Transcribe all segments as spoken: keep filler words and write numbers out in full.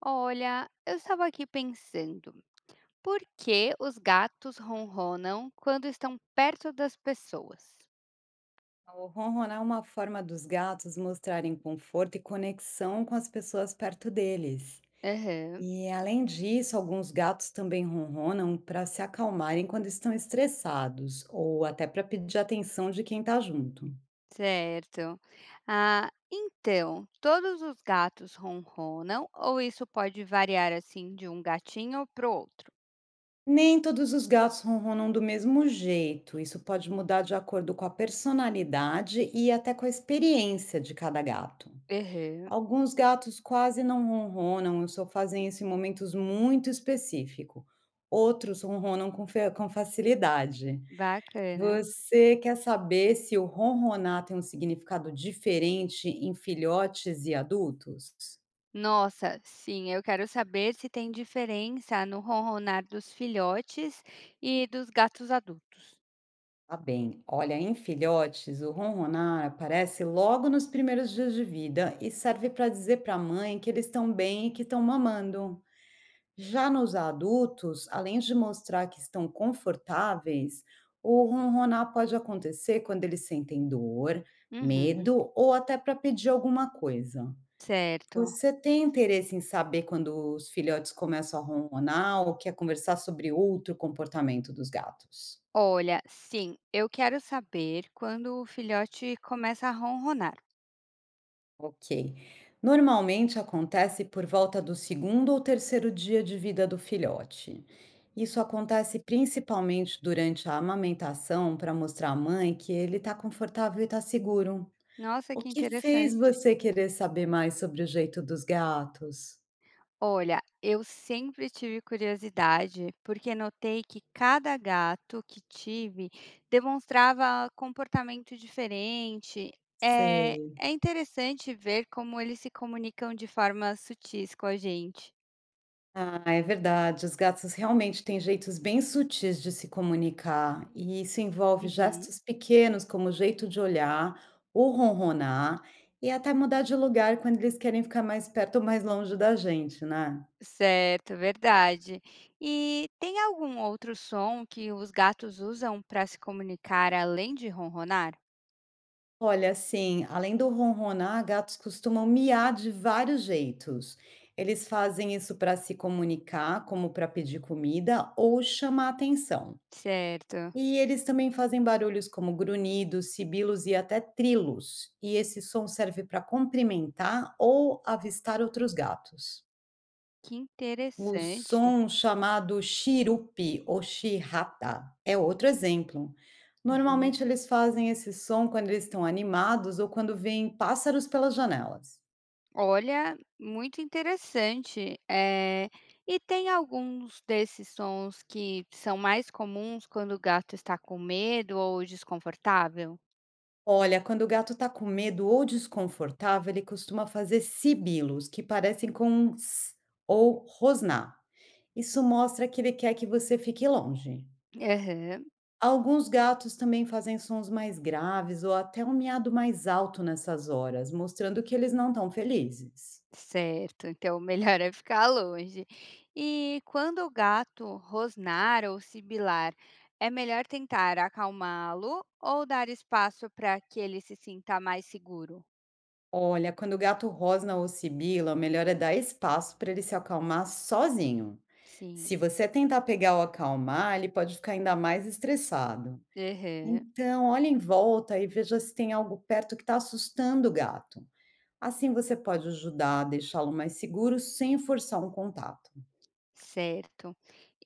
Olha, eu estava aqui pensando, por que os gatos ronronam quando estão perto das pessoas? O ronronar é uma forma dos gatos mostrarem conforto e conexão com as pessoas perto deles. Aham, E além disso, alguns gatos também ronronam para se acalmarem quando estão estressados ou até para pedir atenção de quem está junto. certo. Ah, então, todos os gatos ronronam ou isso pode variar assim de um gatinho para o outro? Nem todos os gatos ronronam do mesmo jeito, isso pode mudar de acordo com a personalidade e até com a experiência de cada gato. Aham, Alguns gatos quase não ronronam e só fazem isso em momentos muito específicos. Outros ronronam com, fe- com facilidade. bacana. Você quer saber se o ronronar tem um significado diferente em filhotes e adultos? Nossa, sim, eu quero saber se tem diferença no ronronar dos filhotes e dos gatos adultos. Tá bem, olha, em filhotes, o ronronar aparece logo nos primeiros dias de vida e serve para dizer para a mãe que eles estão bem e que estão mamando. Já nos adultos, além de mostrar que estão confortáveis, o ronronar pode acontecer quando eles sentem dor, Uhum, medo ou até para pedir alguma coisa. certo. Você tem interesse em saber quando os filhotes começam a ronronar ou quer conversar sobre outro comportamento dos gatos? Olha, sim, eu quero saber quando o filhote começa a ronronar. Ok. Normalmente acontece por volta do segundo ou terceiro dia de vida do filhote. Isso acontece principalmente durante a amamentação para mostrar à mãe que ele está confortável e está seguro. Nossa, O que que fez interessante. você querer saber mais sobre o jeito dos gatos? Olha, eu sempre tive curiosidade, porque notei que cada gato que tive demonstrava comportamento diferente. É, Sei. é interessante ver como eles se comunicam de formas sutis com a gente. Ah, é verdade. Os gatos realmente têm jeitos bem sutis de se comunicar, e isso envolve Uhum. gestos pequenos, como o jeito de olhar, ou ronronar, e até mudar de lugar quando eles querem ficar mais perto ou mais longe da gente, né? Certo, verdade. E tem algum outro som que os gatos usam para se comunicar além de ronronar? Olha, assim, além do ronronar, gatos costumam miar de vários jeitos. Eles fazem isso para se comunicar, como para pedir comida ou chamar atenção. Certo, E eles também fazem barulhos como grunhidos, sibilos e até trilos, e esse som serve para cumprimentar ou avistar outros gatos. que O interessante. som chamado chirupi ou chirrata é outro exemplo. Normalmente eles fazem esse som quando eles estão animados ou quando veem pássaros pelas janelas. Olha, muito interessante. É e tem alguns desses sons que são mais comuns quando o gato está com medo ou desconfortável? Olha, quando o gato está com medo ou desconfortável, ele costuma fazer sibilos que parecem com um ss ou rosnar. Isso mostra que ele quer que você fique longe. Aham. Alguns gatos também fazem sons mais graves ou até um miado mais alto nessas horas, mostrando que eles não estão felizes. Certo, então melhor é ficar longe. E quando o gato rosnar ou sibilar, é melhor tentar acalmá-lo ou dar espaço para que ele se sinta mais seguro? Olha, quando o gato rosna ou sibila, o melhor é dar espaço para ele se acalmar sozinho. Sim. Se você tentar pegar ou acalmar, ele pode ficar ainda mais estressado. Uhum, Então, olhe em volta e veja se tem algo perto que está assustando o gato. Assim você pode ajudar a deixá-lo mais seguro sem forçar um contato. certo.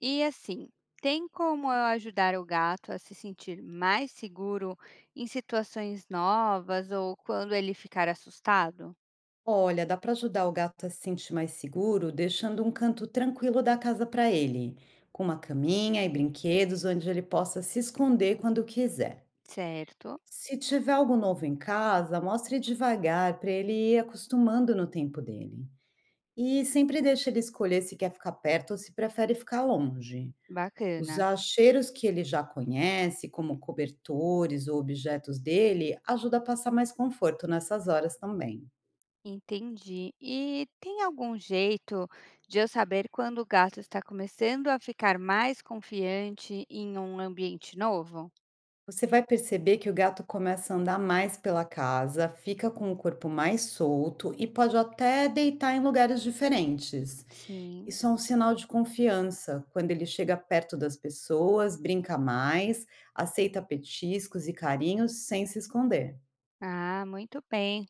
E assim, tem como eu ajudar o gato a se sentir mais seguro em situações novas ou quando ele ficar assustado? Olha, dá para ajudar o gato a se sentir mais seguro, deixando um canto tranquilo da casa para ele, com uma caminha e brinquedos onde ele possa se esconder quando quiser. Certo, Se tiver algo novo em casa, mostre devagar para ele ir acostumando no tempo dele. E sempre deixe ele escolher se quer ficar perto ou se prefere ficar longe. bacana. Usar cheiros que ele já conhece, como cobertores ou objetos dele, ajuda a passar mais conforto nessas horas também. Entendi. E tem algum jeito de eu saber quando o gato está começando a ficar mais confiante em um ambiente novo? Você vai perceber que o gato começa a andar mais pela casa, fica com o corpo mais solto e pode até deitar em lugares diferentes. Sim. Isso é um sinal de confiança. Quando ele chega perto das pessoas, brinca mais, aceita petiscos e carinhos sem se esconder. Ah, muito bem.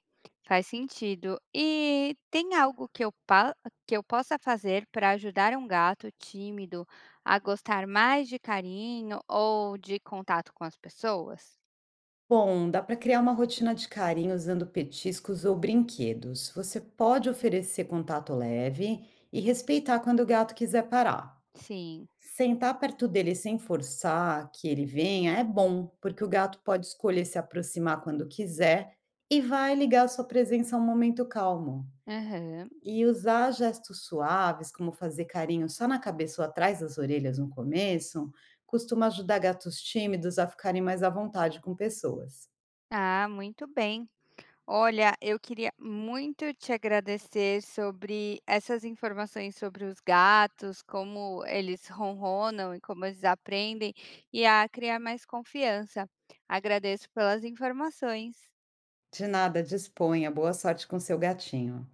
Faz sentido. E tem algo que eu, pa- que eu possa fazer para ajudar um gato tímido a gostar mais de carinho ou de contato com as pessoas? Bom, dá para criar uma rotina de carinho usando petiscos ou brinquedos. Você pode oferecer contato leve e respeitar quando o gato quiser parar. Sim. Sentar perto dele sem forçar que ele venha é bom, porque o gato pode escolher se aproximar quando quiser e vai ligar sua presença a um momento calmo. Aham. E usar gestos suaves, como fazer carinho só na cabeça ou atrás das orelhas no começo, costuma ajudar gatos tímidos a ficarem mais à vontade com pessoas. Ah, muito bem. Olha, eu queria muito te agradecer sobre essas informações sobre os gatos, como eles ronronam e como eles aprendem, e a criar mais confiança. Agradeço pelas informações. De nada, disponha. Boa sorte com seu gatinho.